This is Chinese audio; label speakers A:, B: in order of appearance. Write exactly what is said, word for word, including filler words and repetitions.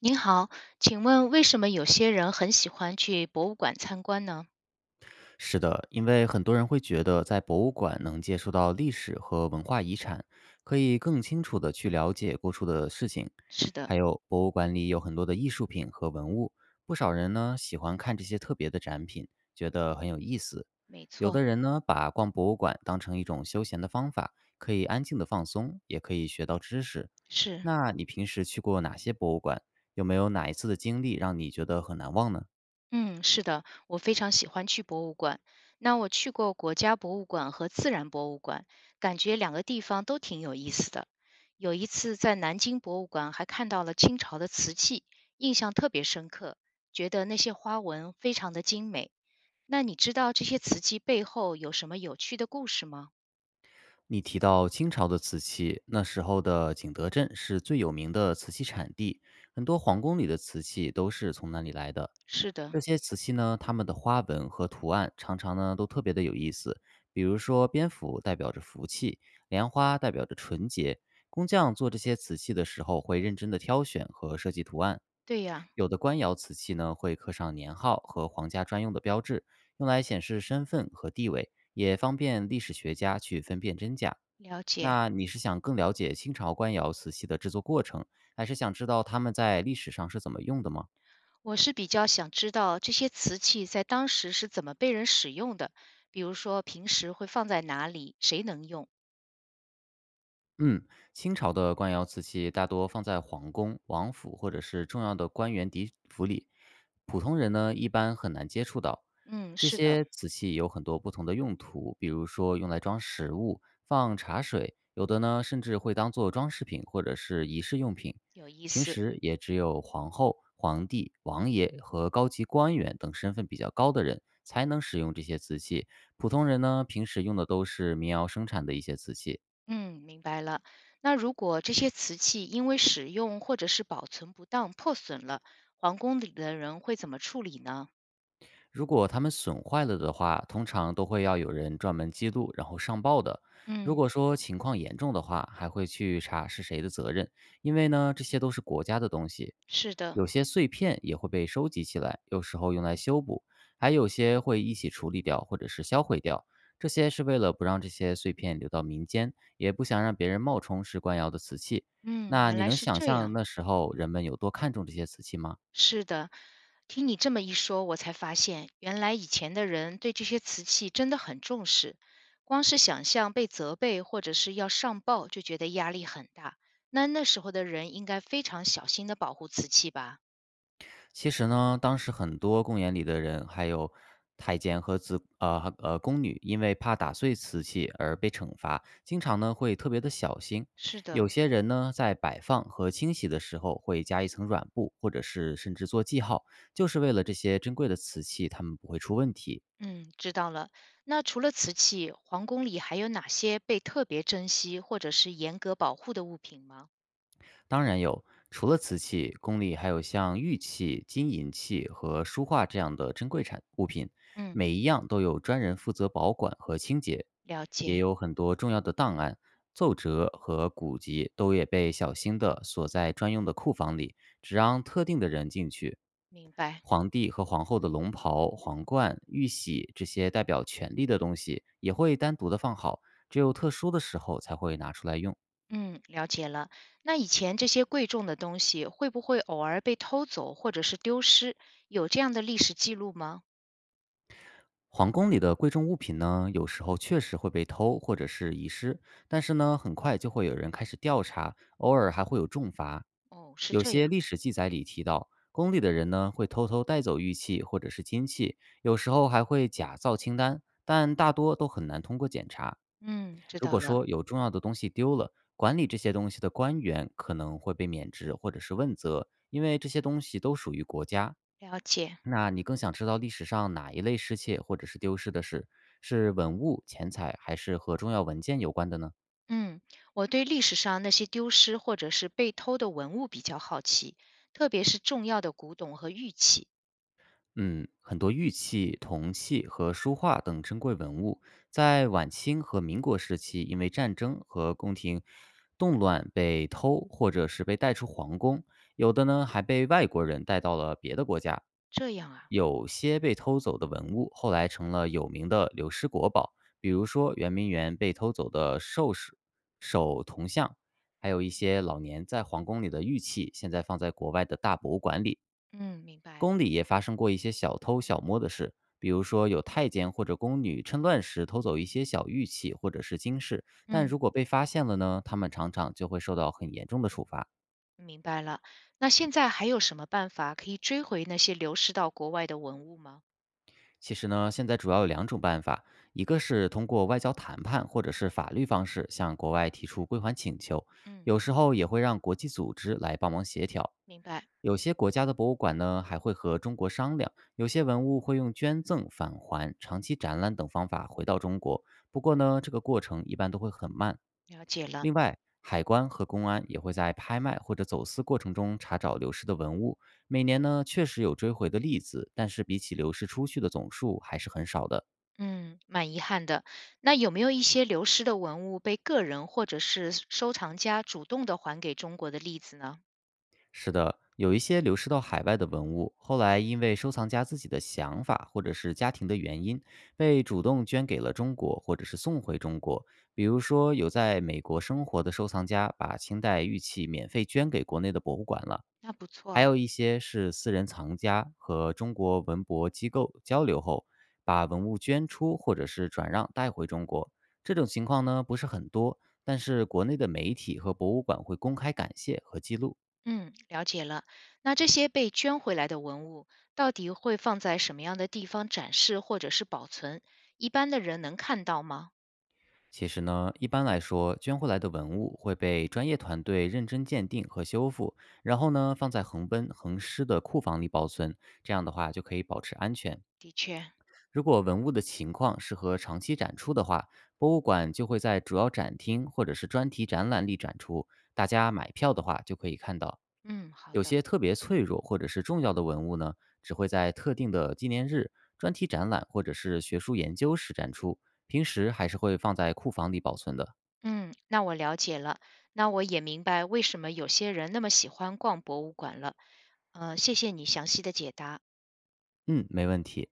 A: 您好，请问为什么有些人很喜欢去博物馆参观呢？
B: 是的，因为很多人会觉得在博物馆能接触到历史和文化遗产，可以更清楚的去了解过去的事情。
A: 是的，
B: 还有，博物馆里有很多的艺术品和文物，不少人呢喜欢看这些特别的展品，觉得很有意思。
A: 没
B: 有
A: 错，
B: 的人呢把逛博物馆当成一种休闲的方法，可以安静的放松，也可以学到知识。
A: 是，
B: 那你平时去过哪些博物馆？有没有哪一次的经历让你觉得很难忘呢？
A: 嗯，是的，我非常喜欢去博物馆。那我去过国家博物馆和自然博物馆，感觉两个地方都挺有意思的。有一次在南京博物馆还看到了清朝的瓷器，印象特别深刻，觉得那些花纹非常的精美。那你知道这些瓷器背后有什么有趣的故事吗？
B: 你提到清朝的瓷器，那时候的景德镇是最有名的瓷器产地，很多皇宫里的瓷器都是从那里来的。
A: 是的，
B: 这些瓷器呢，它们的花纹和图案常常呢都特别的有意思，比如说蝙蝠代表着福气，莲花代表着纯洁。工匠做这些瓷器的时候，会认真的挑选和设计图案。
A: 对呀，
B: 有的官窑瓷器呢，会刻上年号和皇家专用的标志，用来显示身份和地位。也方便历史学家去分辨真假。
A: 了解。
B: 那你是想更了解清朝官窑瓷器的制作过程，还是想知道他们在历史上是怎么用的吗？
A: 我是比较想知道这些瓷器在当时是怎么被人使用的，比如说平时会放在哪里，谁能用？
B: 嗯，清朝的官窑瓷器大多放在皇宫、王府或者是重要的官员邸府里，普通人呢一般很难接触到。
A: 嗯，
B: 这
A: 是的，
B: 些瓷器有很多不同的用途，比如说用来装食物、放茶水，有的呢甚至会当做装饰品或者是仪式用品。
A: 有意
B: 平
A: 思。
B: 时也只有皇后、皇帝、王爷和高级官员等身份比较高的人才能使用这些瓷器，普通人呢平时用的都是民窑生产的一些瓷器。
A: 嗯，明白了。那如果这些瓷器因为使用或者是保存不当破损了，皇宫里的人会怎么处理呢？
B: 如果它们损坏了的话，通常都会要有人专门记录，然后上报的。如
A: 嗯，
B: 果说情况严重的话，还会去查是谁的责任，因为呢，这些都是国家的东西。
A: 是的。
B: 有些碎片也会被收集起来，有时候用来修补，还有些会一起处理掉或者是销毁掉。这些是为了不让这些碎片流到民间，也不想让别人冒充是官窑的瓷器。
A: 嗯，
B: 那
A: 原
B: 你
A: 来
B: 能
A: 是
B: 想
A: 这
B: 象
A: 样。
B: 那时候人们有多看重这些瓷器吗？
A: 是的，听你这么一说，我才发现原来以前的人对这些瓷器真的很重视，光是想象被责备或者是要上报就觉得压力很大。那那时候的人应该非常小心的保护瓷器吧？
B: 其实呢，当时很多公园里的人，还有太监和子呃呃宫女，因为怕打碎瓷器而被惩罚，经常呢会特别的小心。
A: 是
B: 有
A: 的，
B: 些人呢，在摆放和清洗的时候会加一层软布，或者是甚至做记号，就是为了这些珍贵的瓷器，他们不会出问题。
A: 嗯，知道了。那除了瓷器，皇宫里还有哪些被特别珍惜或者是严格保护的物品吗？
B: 当然有，除了瓷器，宫里还有像玉器、金银器和书画这样的珍贵产物品，
A: 嗯，
B: 每一样都有专人负责保管和清洁，
A: 了
B: 也
A: 解，
B: 有很多重要的档案、奏折和古籍都也被小心的锁在专用的库房里，只让特定的人进去。
A: 明白。
B: 皇帝和皇后的龙袍、皇冠、玉玺这些代表权力的东西，也会单独的放好，只有特殊的时候才会拿出来用。
A: 嗯，了解了。那以前这些贵重的东西会不会偶尔被偷走或者是丢失？有这样的历史记录吗？
B: 皇宫里的贵重物品呢，有时候确实会被偷或者是遗失，但是呢，很快就会有人开始调查，偶尔还会有重罚。
A: 哦，是
B: 有
A: 这
B: 些
A: 样。
B: 历史记载里提到，宫里的人呢会偷偷带走玉器或者是金器，有时候还会假造清单，但大多都很难通过检查。
A: 嗯，知
B: 如
A: 道
B: 果
A: 了，
B: 说有重要的东西丢了，管理这些东西的官员可能会被免职或者是问责，因为这些东西都属于国家。
A: 了解。
B: 那你更想知道历史上哪一类失窃或者是丢失的事，是文物、钱财，还是和重要文件有关的呢？
A: 嗯，我对历史上那些丢失或者是被偷的文物比较好奇，特别是重要的古董和玉器。
B: 嗯，很多玉器、铜器和书画等珍贵文物，在晚清和民国时期，因为战争和宫廷动乱被偷，或者是被带出皇宫，有的呢还被外国人带到了别的国家。
A: 这样啊，
B: 有些被偷走的文物后来成了有名的流失国宝，比如说圆明园被偷走的兽首手铜像，还有一些老年在皇宫里的玉器，现在放在国外的大博物馆里。
A: 嗯，明白。
B: 宫里也发生过一些小偷小摸的事，比如说有太监或者宫女趁乱时偷走一些小玉器或者是金饰，但
A: 嗯，
B: 如果被发现了呢，他们常常就会受到很严重的处罚。
A: 明白了。那现在还有什么办法可以追回那些流失到国外的文物吗？
B: 其实呢，现在主要有两种办法，一个是通过外交谈判或者是法律方式向国外提出归还请求，
A: 嗯，
B: 有时候也会让国际组织来帮忙协调。
A: 明白，
B: 有些国家的博物馆呢，还会和中国商量，有些文物会用捐赠、返还、长期展览等方法回到中国。不过呢，这个过程一般都会很慢。
A: 了解了。
B: 另外，海关和公安也会在拍卖或者走私过程中查找流失的文物。每年呢，确实有追回的例子，但是比起流失出去的总数还是很少的。
A: 嗯，蛮遗憾的。那有没有一些流失的文物被个人或者是收藏家主动的还给中国的例子呢？
B: 是的，有一些流失到海外的文物，后来因为收藏家自己的想法或者是家庭的原因，被主动捐给了中国，或者是送回中国。比如说，有在美国生活的收藏家把清代玉器免费捐给国内的博物馆了，
A: 那不错啊。
B: 还有一些是私人藏家和中国文博机构交流后，把文物捐出或者是转让带回中国。这种情况呢不是很多，但是国内的媒体和博物馆会公开感谢和记录。
A: 嗯，了解了。那这些被捐回来的文物，到底会放在什么样的地方展示或者是保存？一般的人能看到吗？
B: 其实呢，一般来说，捐回来的文物会被专业团队认真鉴定和修复，然后呢，放在恒温恒湿的库房里保存。这样的话，就可以保持安全。
A: 的确，
B: 如果文物的情况适合长期展出的话，博物馆就会在主要展厅或者是专题展览里展出。大家买票的话，就可以看到。
A: 嗯，好
B: 有
A: 的，
B: 些特别脆弱或者是重要的文物呢，只会在特定的纪念日、专题展览或者是学术研究时展出，平时还是会放在库房里保存的。
A: 嗯，那我了解了。那我也明白为什么有些人那么喜欢逛博物馆了。呃，谢谢你详细的解答。
B: 嗯，没问题。